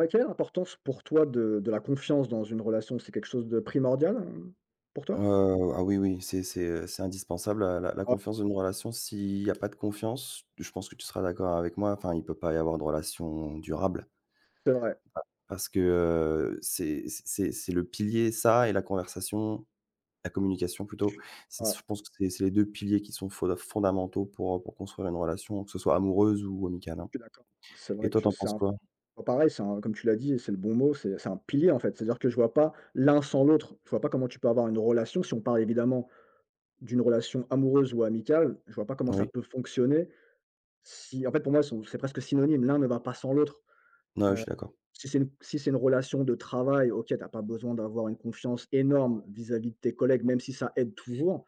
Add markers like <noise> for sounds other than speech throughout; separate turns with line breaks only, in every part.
Ouais, quelle est l'importance pour toi de la confiance dans une relation? C'est quelque chose de primordial, pour toi?
Ah oui, oui, c'est indispensable, la
Ouais,
confiance dans une relation. S'il y a pas de confiance, je pense que tu seras d'accord avec moi, enfin, il peut pas y avoir de relation durable
c'est vrai.
parce que, c'est le pilier, ça et la conversation la communication
Je
plutôt.
suis
C'est
Ouais,
je pense que c'est les 2 piliers qui sont fondamentaux pour construire une relation, que ce soit amoureuse ou amicale, hein.
je suis d'accord. C'est
Et
vrai
toi, tu
que
en
c'est
penses
un,
quoi?
bah, pareil, c'est un, comme tu l'as dit, et c'est le bon mot, c'est un pilier, en fait. C'est-à-dire que je vois pas l'un sans l'autre. Je vois pas comment tu peux avoir une relation, si on parle évidemment d'une relation amoureuse ou amicale, je vois pas comment ça
Oui.
peut fonctionner si en fait, pour moi, ils sont c'est presque synonyme. L'un ne va pas sans l'autre.
Ouais,
Euh,
je suis d'accord.
si c'est une relation de travail, OK, tu as pas besoin d'avoir une confiance énorme vis-à-vis de tes collègues, même si ça aide toujours.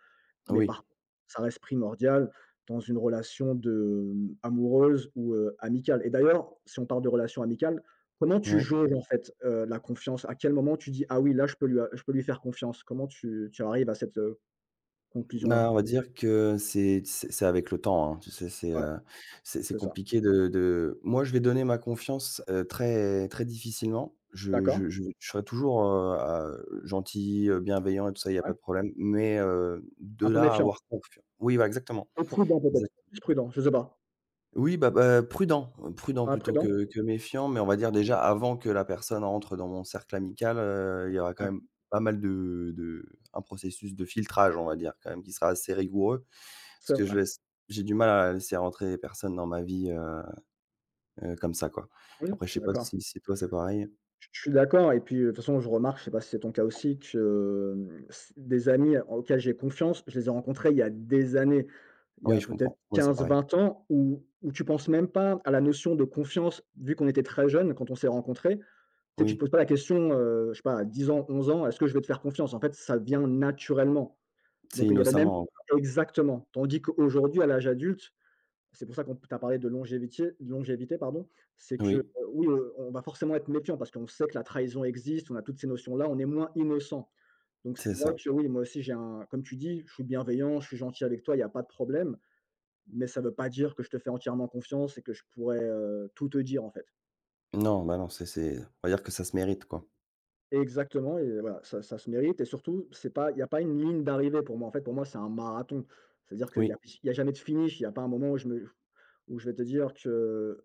Mais
Oui,
par contre, ça reste primordial dans une relation amoureuse ou, amicale. Et d'ailleurs, si on parle de relation amicale, comment tu
oui.
jauges en fait, la confiance? À quel moment tu dis: «Ah oui, là je peux lui faire confiance»? Comment tu arrives à cette, conclusion-là?
Bah, on va dire que c'est avec le temps, hein. Tu sais,
Ouais,
c'est
c'est ça.
compliqué de moi, je vais donner ma confiance, très très difficilement. Je
D'accord,
je je je serai toujours, à gentil, bienveillant et tout ça, il y a pas
ouais.
de problème, mais de
Un peu
là à
méfiant,
avoir confiance oui, bah exactement.
peu prudent peut-être, plus prudent, je sais pas.
Oui, bah, prudent, prudent
Ouais,
plutôt
prudent?
que méfiant, mais on va dire déjà avant que la personne rentre dans mon cercle amical, il y aura quand
Ouais,
même pas mal de un processus de filtrage, on va dire, quand même qui sera assez rigoureux. Parce
c'est
que je
vrai.
laisse j'ai du mal à laisser rentrer les personnes dans ma vie, comme ça, quoi.
Oui,
Après,
je
je
suis
sais pas
d'accord.
si si toi c'est pareil?
Je suis d'accord et puis, de toute façon, je remarque, je sais pas si c'est ton cas aussi, que, hem, c des amis auxquels j'ai confiance, je les ai rencontrés il y a des années, il y
Oui,
a
je comprends.
peut-être
Ouais, c'est
15
pareil.
20 ans où tu penses même pas à la notion de confiance vu qu'on était très jeunes quand on s'est rencontrés. Tu sais, tu te
Oui,
poses pas la question, je sais pas, à 10 ans, 11 ans: «Est-ce que je vais te faire confiance?» En fait, ça vient naturellement.
c'est
Donc il y avait même
innocemment.
exactement. Tandis qu'aujourd'hui, à l'âge adulte, c'est pour ça qu'on t'a parlé de longévité, longévité pardon. C'est que
Oui,
Oui, on va forcément être méfiant parce qu'on sait que la trahison existe, on a toutes ces notions-là, on est moins innocent. Donc c'est
c'est
vrai
ça.
que oui, moi aussi j'ai comme tu dis, je suis bienveillant, je suis gentil avec toi, il n'y a pas de problème, mais ça ne veut pas dire que je te fais entièrement confiance et que je pourrais, tout te dire en fait.
Non, bah, non, c'est on va dire que ça se mérite, quoi.
Exactement, et voilà, ça se mérite. Et surtout, c'est pas, il n'y a pas une ligne d'arrivée pour moi. En fait, pour moi, c'est un marathon. C'est-à-dire
Oui.
il y a jamais de finish, il n'y a pas un moment où je vais te dire que.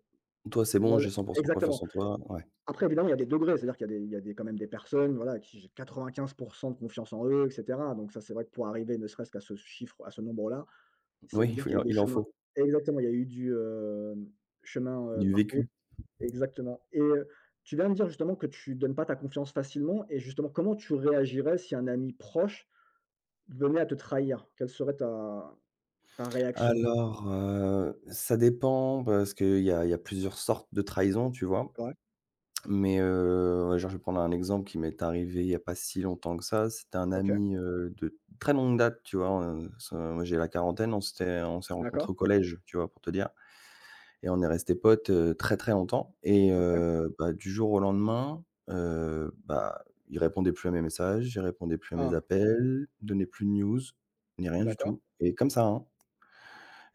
Toi, c'est bon,
Voilà,
j'ai cent pour cent confiance
exactement.
en toi. Ouais.
Après évidemment, il y a des degrés, c'est-à-dire qu'il y a des quand même des personnes, voilà, qui j'ai 95 de confiance en eux et cetera. Donc ça, c'est vrai que pour arriver ne serait-ce qu'à ce chiffre, à ce nombre-là, ça veut
Oui,
dire qu'il
il
y a eu
en
des
il en
chemins,
faut.
exactement, il y a eu du, chemin,
Du
parcouru,
vécu?
exactement, et tu viens de dire justement que tu donnes pas ta confiance facilement et justement, comment tu réagirais si un ami proche venait à te trahir? Quelle serait ta réaction?
Alors, ça dépend parce qu'il y a plusieurs sortes de trahison, tu vois?
Ouais,
Mais, genre, je vais prendre un exemple qui m'est arrivé il n'y a pas si longtemps que ça. C'était un
OK,
ami, de très longue date, tu vois? Ça moi, j'ai la quarantaine, on s'est rencontrés
d'accord,
au collège, tu vois? Pour te dire et on est restés potes, très, très longtemps et
OK.
bah, du jour au lendemain, bah, il répondait plus à mes messages, il répondait plus à mes
Ah,
appels, donnait plus de news, ni rien du
d'accord,
tout et comme ça, hein.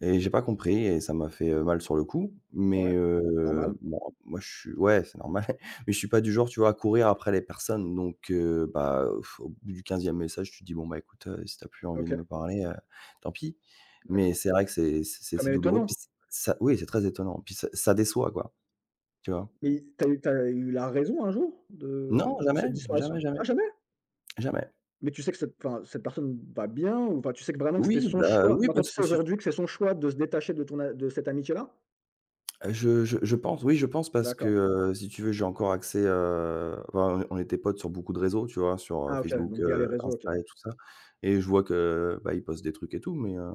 Et j'ai pas compris et ça m'a fait, mal sur le coup,
ouais,
mais
normal,
bon, moi je suis ouais, c'est normal, <laughs> mais je suis pas du genre, tu vois, à courir après les personnes donc au bout du quinzième message, tu te dis: «Bon, bah, écoute, si tu as plus envie de
OK,
me parler, tant pis». Mais
d'accord.
c'est vrai que c'est
Quand
c'est
même
douloureux puis
étonnant.
c ça oui, c'est très étonnant puis ça déçoit, quoi, tu vois?
Mais tu as eu la raison un jour
Non,
de cette
jamais, jamais,
disparition?
jamais,
Ah jamais?
jamais.
Mais tu sais que cette enfin cette personne va bien, ou enfin tu sais que vraiment que c'était
Oui,
son
bah,
choix?
oui,
Maintenant tu
parce
sais
que si
aujourd'hui que c'est son choix de se détacher de ton a de cette amitié-là?
je pense, oui, je pense parce que,
D'accord.
si tu veux, j'ai encore accès, enfin, on était potes sur beaucoup de réseaux, tu vois? Sur,
Ah OK,
Facebook,
donc via les réseaux, OK.
Insta et tout ça et je vois que, bah, il poste des trucs et tout, mais,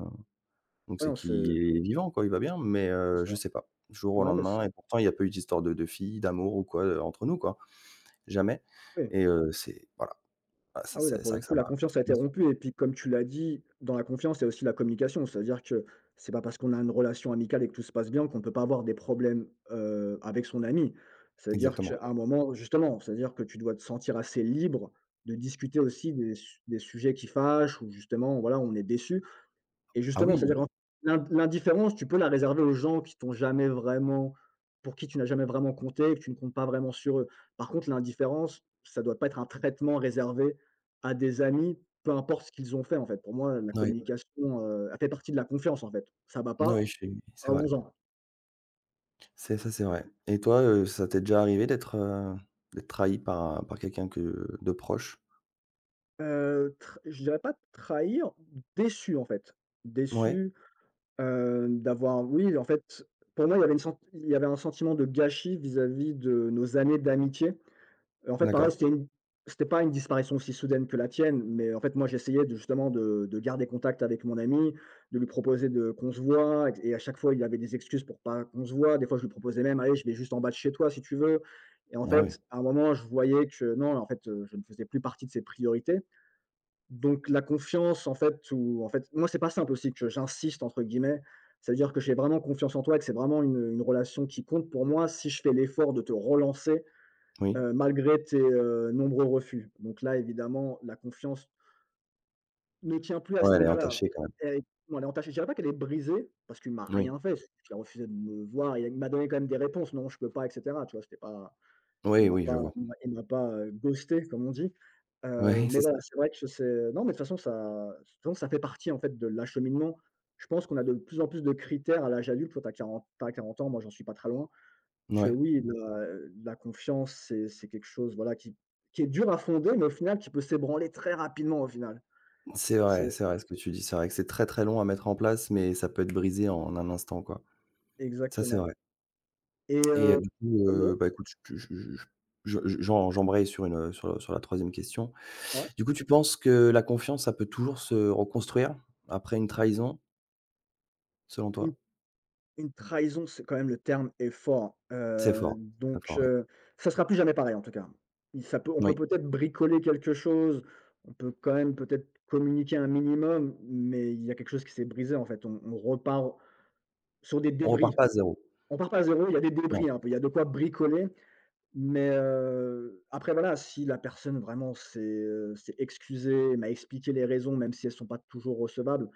donc
Ouais,
c'est
non, c'est
qu'il est vivant, quoi, il va bien, mais,
c'est
je
ça.
sais pas, du jour au
Non mais c'est
lendemain et pourtant il y a pas eu d'histoire de fille d'amour ou quoi, entre nous, quoi, jamais
oui.
et c'est voilà, ah, ça
Ah oui, là,
c'est
pour
vrai
le
que
coup, la
ça
confiance a été
m'a
rompue et puis comme tu l'as dit, dans la confiance, il y a aussi la communication. C'est-à-dire que c'est pas parce qu'on a une relation amicale et que tout se passe bien qu'on ne peut pas avoir des problèmes, avec son ami. C'est-à-dire
exactement.
qu'à un moment justement, c'est-à-dire que tu dois te sentir assez libre de discuter aussi des sujets qui fâchent ou justement, voilà, on est déçu. Et
Ah
justement,
oui,
c'est-à-dire
oui,
qu'en l'in l'indifférence, tu peux la réserver aux gens qui t'ont jamais vraiment, pour qui tu n'as jamais vraiment compté, que tu ne comptes pas vraiment sur eux. Par contre, l'indifférence, ça doit pas être un traitement réservé à des amis, peu importe ce qu'ils ont fait, en fait. Pour moi, la, ouais, communication, elle fait partie de la confiance, en fait. Ça va pas,
oui, je suis c'est vrai.
parlons-en.
C'est ça, c'est vrai. Et toi, ça t'est déjà arrivé d'être, d'être trahi par, par quelqu'un que de proche?
Tr Je dirais pas trahir, déçu, en fait.
Ouais,
Déçu, d'avoir oui, en fait, pour moi, il y avait un sentiment de gâchis vis-à-vis de nos années d'amitié. En fait, pareil,
d'accord.
c'était pas une disparition aussi soudaine que la tienne, mais en fait, moi, j'essayais de justement de garder contact avec mon ami, de lui proposer de qu'on se voit et à chaque fois, il avait des excuses pour pas qu'on se voit. Des fois, je lui proposais même: «Allez, je vais juste en bas de chez toi si tu veux», et en
Ah oui,
fait, à un moment, je voyais que non, en fait, je ne faisais plus partie de ses priorités. Donc la confiance, en fait, ou en fait moi, c'est pas simple aussi que «j'insiste» entre guillemets. Cest à dire que j'ai vraiment confiance en toi et que c'est vraiment une relation qui compte pour moi. Si je fais l'effort de te relancer,
oui.
malgré tes, nombreux refus. Donc là, évidemment, la confiance ne tient plus à ce
Ouais, elle est
niveau-là.
entachée quand même.
Elle est Bon, elle est entachée. Je dirais pas qu'elle est brisée, parce qu'il m'a
Oui.
rien fait. Il a refusé de me voir, il m'a donné quand même des réponses: «Non, je peux pas» et cetera, tu vois? C'était pas,
Oui, oui, je vois.
il m'a pas, ghosté comme on dit.
Oui, <laughs>
Mais
c'est ça.
voilà, c'est vrai que c'est non, mais de toute façon ça fait partie en fait de l'acheminement. Je pense qu'on a de plus en plus de critères à l'âge adulte. Toi, tu as 40, tu as 40 ans, moi j'en suis pas très loin. Que
Ouais.
oui, la confiance, c'est quelque chose, voilà, qui est dur à fonder, mais au final qui peut s'ébranler très rapidement au final. C'est
C'est vrai ce que tu dis. C'est vrai que c'est très, très long à mettre en place, mais ça peut être brisé en un instant, quoi. Ça, c'est
exactement
vrai.
et
Et du coup, bah, écoute, je j'en j'embraye sur une, sur le sur la troisième question.
ouais,
Du coup, tu penses que la confiance, ça peut toujours se reconstruire après une trahison, selon
une
toi?
une trahison, c'est quand même le terme est fort, hein.
C'est fort, c'est très
Donc
fort, oui.
ça sera plus jamais pareil en tout cas. Il ça peut On peut
Oui,
peut-être bricoler quelque chose, on peut quand même peut-être communiquer un minimum, mais il y a quelque chose qui s'est brisé en fait. On repart sur des
on repart
débris.
pas à zéro.
On part pas à zéro. Il y a des
Non.
débris hein, un peu, il y a de quoi bricoler. Mais, après voilà, si la personne vraiment s'est excusée, m'a expliqué les raisons, même si elles sont pas toujours recevables.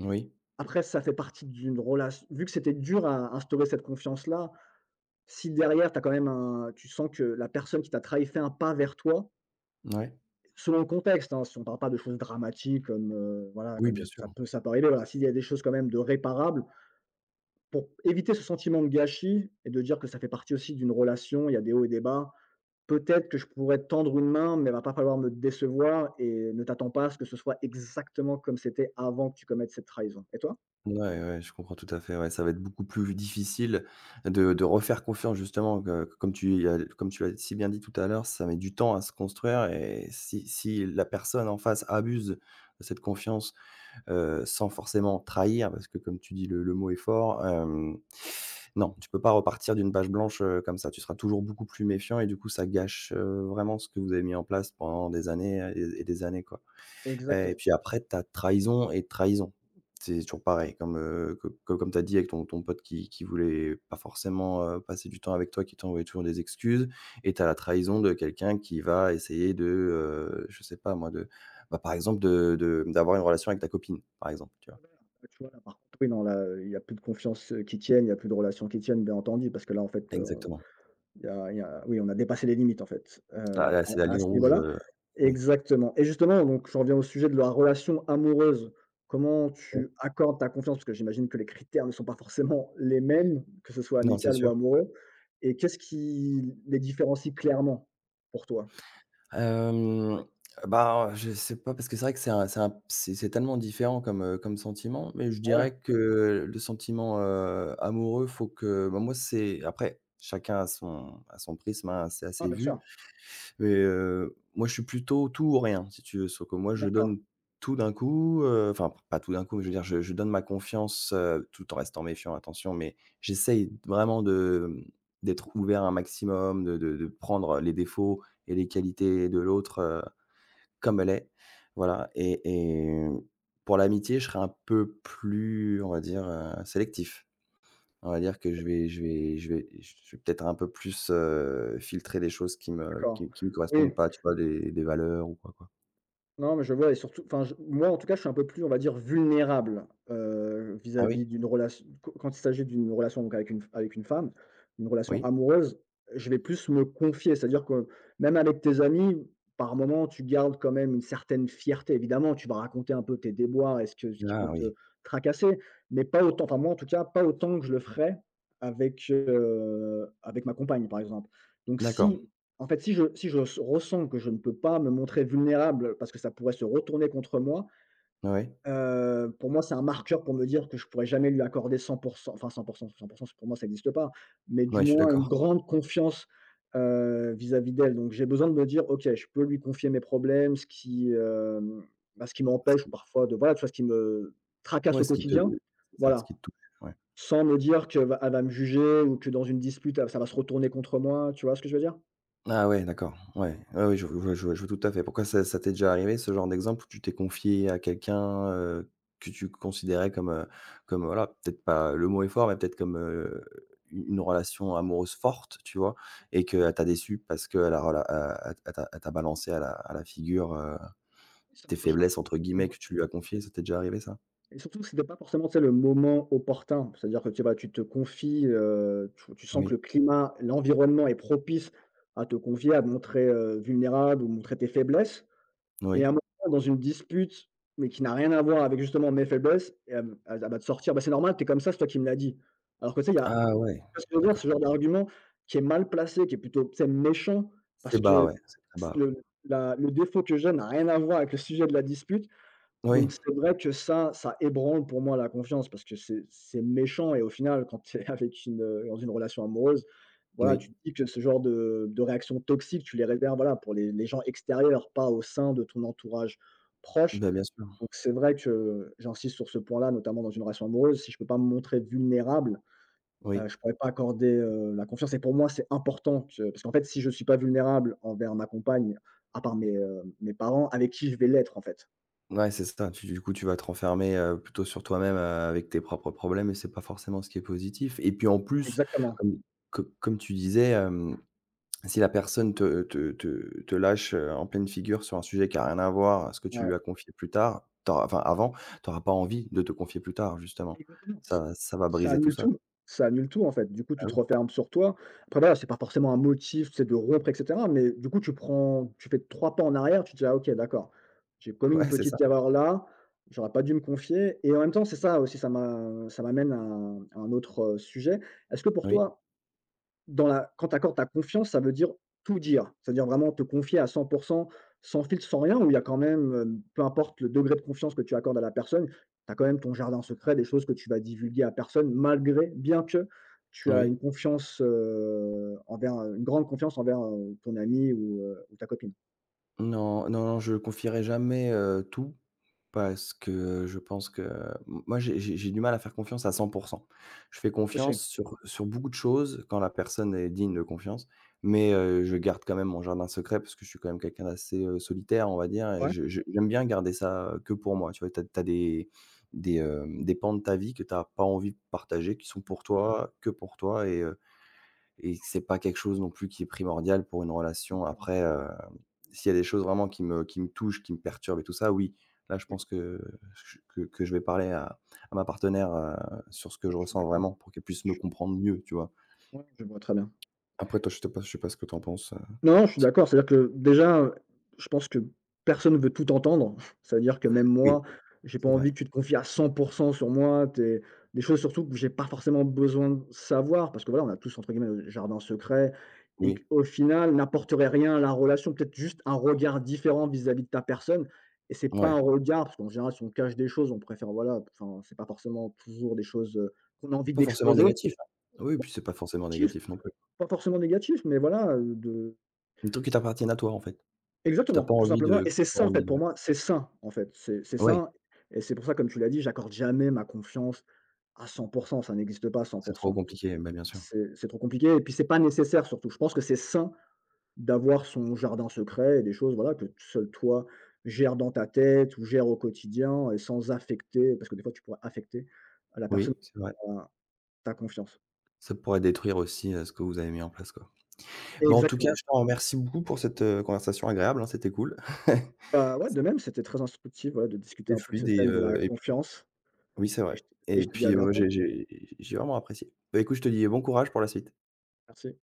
Oui,
Après ça fait partie d'une relation vu que c'était dur à instaurer cette confiance-là, si derrière t'as quand même un tu sens que la personne qui t'a trahi fait un pas vers toi,
ouais.
selon le contexte, hein, si on parle pas de choses dramatiques comme, voilà,
Oui,
comme
bien sûr.
ça peut arriver, voilà. S'il y a des choses quand même de réparables, pour éviter ce sentiment de gâchis et de dire que ça fait partie aussi d'une relation, il y a des hauts et des bas. Peut-être que je pourrais te tendre une main, mais il va pas falloir me décevoir et ne t'attends pas à ce que ce soit exactement comme c'était avant que tu commettes cette trahison. Et toi?
Ouais, ouais, je comprends tout à fait, ouais, ça va être beaucoup plus difficile de refaire confiance justement, que comme tu as comme tu l'as si bien dit tout à l'heure, ça met du temps à se construire et si si la personne en face abuse de cette confiance, sans forcément trahir, parce que comme tu dis, le mot est fort, euh, Non, tu peux pas repartir d'une page blanche, comme ça. Tu seras toujours beaucoup plus méfiant et du coup, ça gâche, vraiment ce que vous avez mis en place pendant des années, et des années, quoi. Et
Exactement.
puis après, tu as trahison et trahison. C'est toujours pareil, comme, co co comme tu as dit avec ton pote qui voulait pas forcément, passer du temps avec toi, qui t'envoyait toujours des excuses et tu as la trahison de quelqu'un qui va essayer de, je sais pas moi, de, bah, par exemple, de d'avoir une relation avec ta copine, par exemple, tu vois?
Bah, tu vois, là, par contre, oui, non, là, il y a plus de confiance, qui tienne, il y a plus de relations qui tiennent, bien entendu, parce que là, en fait.
Exactement.
Il y a Oui, on a dépassé les limites, en fait,
Là, c'est la
à
ligne
ce
rouge,
niveau-là.
oui.
Exactement et justement, donc j'en reviens au sujet de la relation amoureuse. Comment
Ouais.
tu accordes ta confiance? Parce que j'imagine que les critères ne sont pas forcément les mêmes, que ce soit
Non, c'est
amical ou
sûr.
amoureux, et qu'est-ce qui les différencie clairement pour toi?
Hem, Bah, je sais pas parce que c'est vrai que c'est tellement différent comme, comme sentiment, mais je
Ah ouais?
dirais que le sentiment, amoureux, faut que bah, moi, c'est après chacun a son prisme, hein, c'est
Ah
assez
bien
vu
sûr.
mais, moi je suis plutôt tout ou rien si tu veux. Sauf que moi je
D'accord,
donne tout d'un coup, enfin pas tout d'un coup, mais je veux dire je donne ma confiance, tout en restant méfiant attention, mais j'essaye vraiment de, mmh, d'être ouvert un maximum, de de prendre les défauts et les qualités de l'autre, comme elle est. Voilà et pour l'amitié, je serai un peu plus, on va dire, sélectif. On va dire que je vais peut-être un peu plus, filtrer des choses qui me
d'accord.
qui me
Oui.
correspondent pas, tu vois? Des valeurs ou quoi, quoi.
Non, mais je vois, et surtout enfin je moi en tout cas, je suis un peu plus, on va dire, vulnérable,
Ah
vis-à-vis
oui?
d'une relation q quand il s'agit d'une relation donc avec une femme, une relation
Oui?
amoureuse, je vais plus me confier. C'est-à-dire que même avec tes amis, par moments, tu gardes quand même une certaine fierté. Évidemment, tu vas raconter un peu tes déboires et ce qui peut
Ah
te
oui.
tracasser, mais pas autant, enfin moi en tout cas, pas autant que je le ferais avec ma compagne, par exemple. Donc
D'accord.
si en fait, si je si je s ressens que je ne peux pas me montrer vulnérable parce que ça pourrait se retourner contre moi,
Ouais, ouais.
pour moi, c'est un marqueur pour me dire que je pourrais jamais lui accorder 100, enfin 100 100 pour cent. Pour moi, ça n'existe pas, mais du
Ouais, je suis
moins une
d'accord.
grande confiance, vis-à-vis d'elle. Donc j'ai besoin de me dire: «OK, je peux lui confier mes problèmes, ce qui
Ce
m'empêche
qui
parfois de, voilà, tu vois, ce qui me tracasse
ouais,
au
ce qui te
quotidien.»
c'est ça, ce
Voilà,
qui te touche, ouais.
sans me dire qu'elle va me juger ou que, dans une dispute, ça va se retourner contre moi. Tu vois ce que je veux dire?
Ah ouais, d'accord. Ouais, ouais, ouais, je vois tout à fait. Pourquoi ça ça t'est déjà arrivé ce genre d'exemple où tu t'es confié à quelqu'un, que tu considérais comme, comme voilà, peut-être pas le mot est fort, mais peut-être comme, u une relation amoureuse forte, tu vois? Et qu'elle t'a déçu parce qu'elle a rela elle a elle t'a balancé à la figure,
Ça
tes
m'est déjà arri
«faiblesses» entre guillemets que tu lui as confiées. Ça t'est déjà arrivé ça?
Et surtout, c'était pas forcément, tu sais, le moment opportun. C'est-à-dire que, tu sais, bah, tu te confies, tu sens que le
Oui,
climat, l'environnement est propice à te confier, à te montrer, vulnérable, ou montrer tes faiblesses, et à un
oui.
moment, dans une dispute, mais qui n'a rien à voir avec justement mes faiblesses, et elle va te sortir: «Bah, c'est normal, t'es comme ça, c'est toi qui me l'as dit.» Alors que, tu sais, il y a
Ah ouais,
tu vois ce que je veux dire? Ce
d'accord.
genre d'argument qui est mal placé, qui est plutôt, tu sais, méchant, parce
C'est bas,
que
ouais, c'est très bas,
c'est
ouais.
le la le défaut que j'ai n'a rien à voir avec le sujet de la dispute.
Oui,
Donc c'est vrai que ça ébranle pour moi la confiance, parce que c'est méchant, et au final quand tu es <laughs> dans une relation amoureuse, voilà,
oui,
tu te dis que ce genre de réactions toxiques, tu les réserves, voilà, pour les gens extérieurs, pas au sein de ton entourage proche.
bah, bien sûr,
Donc c'est vrai que j'insiste sur ce point-là, notamment dans une relation amoureuse: si je peux pas me montrer vulnérable,
oui.
je pourrais pas accorder, la confiance, et pour moi, c'est important, que parce qu'en fait, si je suis pas vulnérable envers ma compagne, à part mes parents, avec qui je vais l'être, en fait?
Ouais, c'est ça. Tu du coup, tu vas te renfermer, plutôt sur toi-même, avec tes propres problèmes et c'est pas forcément ce qui est positif et puis, en plus,
Exactement,
comme co comme tu disais, hem, si la personne te te lâche, en pleine figure sur un sujet qui a rien à voir à ce que tu
ouais.
lui as confié plus tard, tu enfin, avant, tu auras pas envie de te confier plus tard, justement.
Exactement, ç
Ça va
Ça
briser tout
annule
ça,
tout,
quoi.
ça annule tout, en fait. Du coup, tu
Bah,
te
oui.
refermes sur toi. Après voilà, c'est pas forcément un motif, c'est de rompre, et cetera, mais du coup, tu fais 3 pas en arrière, tu te dis: «Ah OK, d'accord, j'ai commis une
Ouais, c'est ça.
petite erreur là, j'aurais pas dû me confier», et en même temps, c'est ça aussi, ça m'amène à un autre, sujet. Est-ce que pour
Oui,
toi, dans la quand tu accordes ta confiance, ça veut dire tout dire? C'est-à-dire vraiment te confier à cent pour 100, sans filtre, sans rien où il y a quand même, peu importe le degré de confiance que tu accordes à la personne, tu as quand même ton jardin secret, des choses que tu vas divulguer à personne, malgré bien que tu as une
oui.
confiance, une grande confiance envers, ton ami, ou ta copine.
Non, non, non, je confierai jamais, tout parce que je pense que m moi, j'ai j'ai du mal à faire confiance à 100% Je fais
Aussi,
confiance sur beaucoup de choses quand la personne est digne de confiance, mais je garde quand même mon jardin secret parce que je suis quand même quelqu'un d'assez, solitaire, on va dire et
ouais.
je j'aime bien garder ça, que pour moi, tu vois? T'as as des, hem, des pans de ta vie que t'as pas envie de partager, qui sont pour toi, que pour toi et c'est pas quelque chose non plus qui est primordial pour une relation.
D'accord,
Après, s'il y a des choses vraiment qui me touchent, qui me perturbent et tout ça, oui, là, je
oui.
pense que je vais parler à ma partenaire, sur ce que
Non,
je
je suis
ressens
d'accord.
vraiment pour qu'elle puisse me
Je
comprendre mieux, tu vois?
Ouais, je vois très bien.
Après toi, je sais pas ce que tu en penses,
Non, non, je suis
si
d'accord. C'est-à-dire que, déjà, je pense que personne ne veut tout entendre. <laughs> C'est à dire que même
oui,
moi, j'ai pas
c'est vrai.
envie que tu te confies à cent pour 100 sur moi. T'es des choses surtout que j'ai pas forcément besoin de savoir, parce que voilà, on a tous, entre guillemets, «le jardin secret», et
Oui,
qu'au final n'apporterait rien à la relation, peut-être juste un regard différent vis-à-vis de ta personne. Et c'est pas un
ouais.
regard, parce qu'en général si on cache des choses, on préfère, voilà, enfin, c'est pas forcément toujours des choses, qu'on a envie
Pas forcément
d'exposer.
négatif, hein. Oui, puis c'est pas forcément
Positif.
négatif non plus.
Pas forcément négatif, mais voilà, de
Des trucs qui t'appartiennent à toi, en fait, que t'as
Exactement,
pas
tout
envie
simplement,
de
et c'est sain, en fait, pour moi, c'est sain, en fait, c'est
ouais,
sain. Et c'est pour ça, comme tu l'as dit, j'accorde jamais ma confiance à 100. Ça n'existe pas à 100.
c'est trop compliqué, bah, bien sûr.
C'est trop compliqué, et puis c'est pas nécessaire, surtout. Je pense que c'est sain d'avoir son jardin secret et des choses, voilà, que seul toi gères dans ta tête ou gères au quotidien, et sans affecter, parce que des fois tu pourrais affecter la personne
Oui, c'est vrai.
à ta confiance.
Ça pourrait détruire aussi, ce que vous avez mis en place, quoi. Bon en tout cas,
Exactement.
je te remercie beaucoup pour cette, conversation agréable, hein, c'était cool. <laughs>
Bah, ouais, de même, c'était très instructif, voilà, de discuter un
C'était
peu de ce
fluide
thème de la
et puis
confiance,
oui, c'est
et
vrai
je te et
et
je te dis à
puis,
bientôt.
j'ai vraiment apprécié. Bah, écoute, je te dis bon courage pour la suite.
Merci.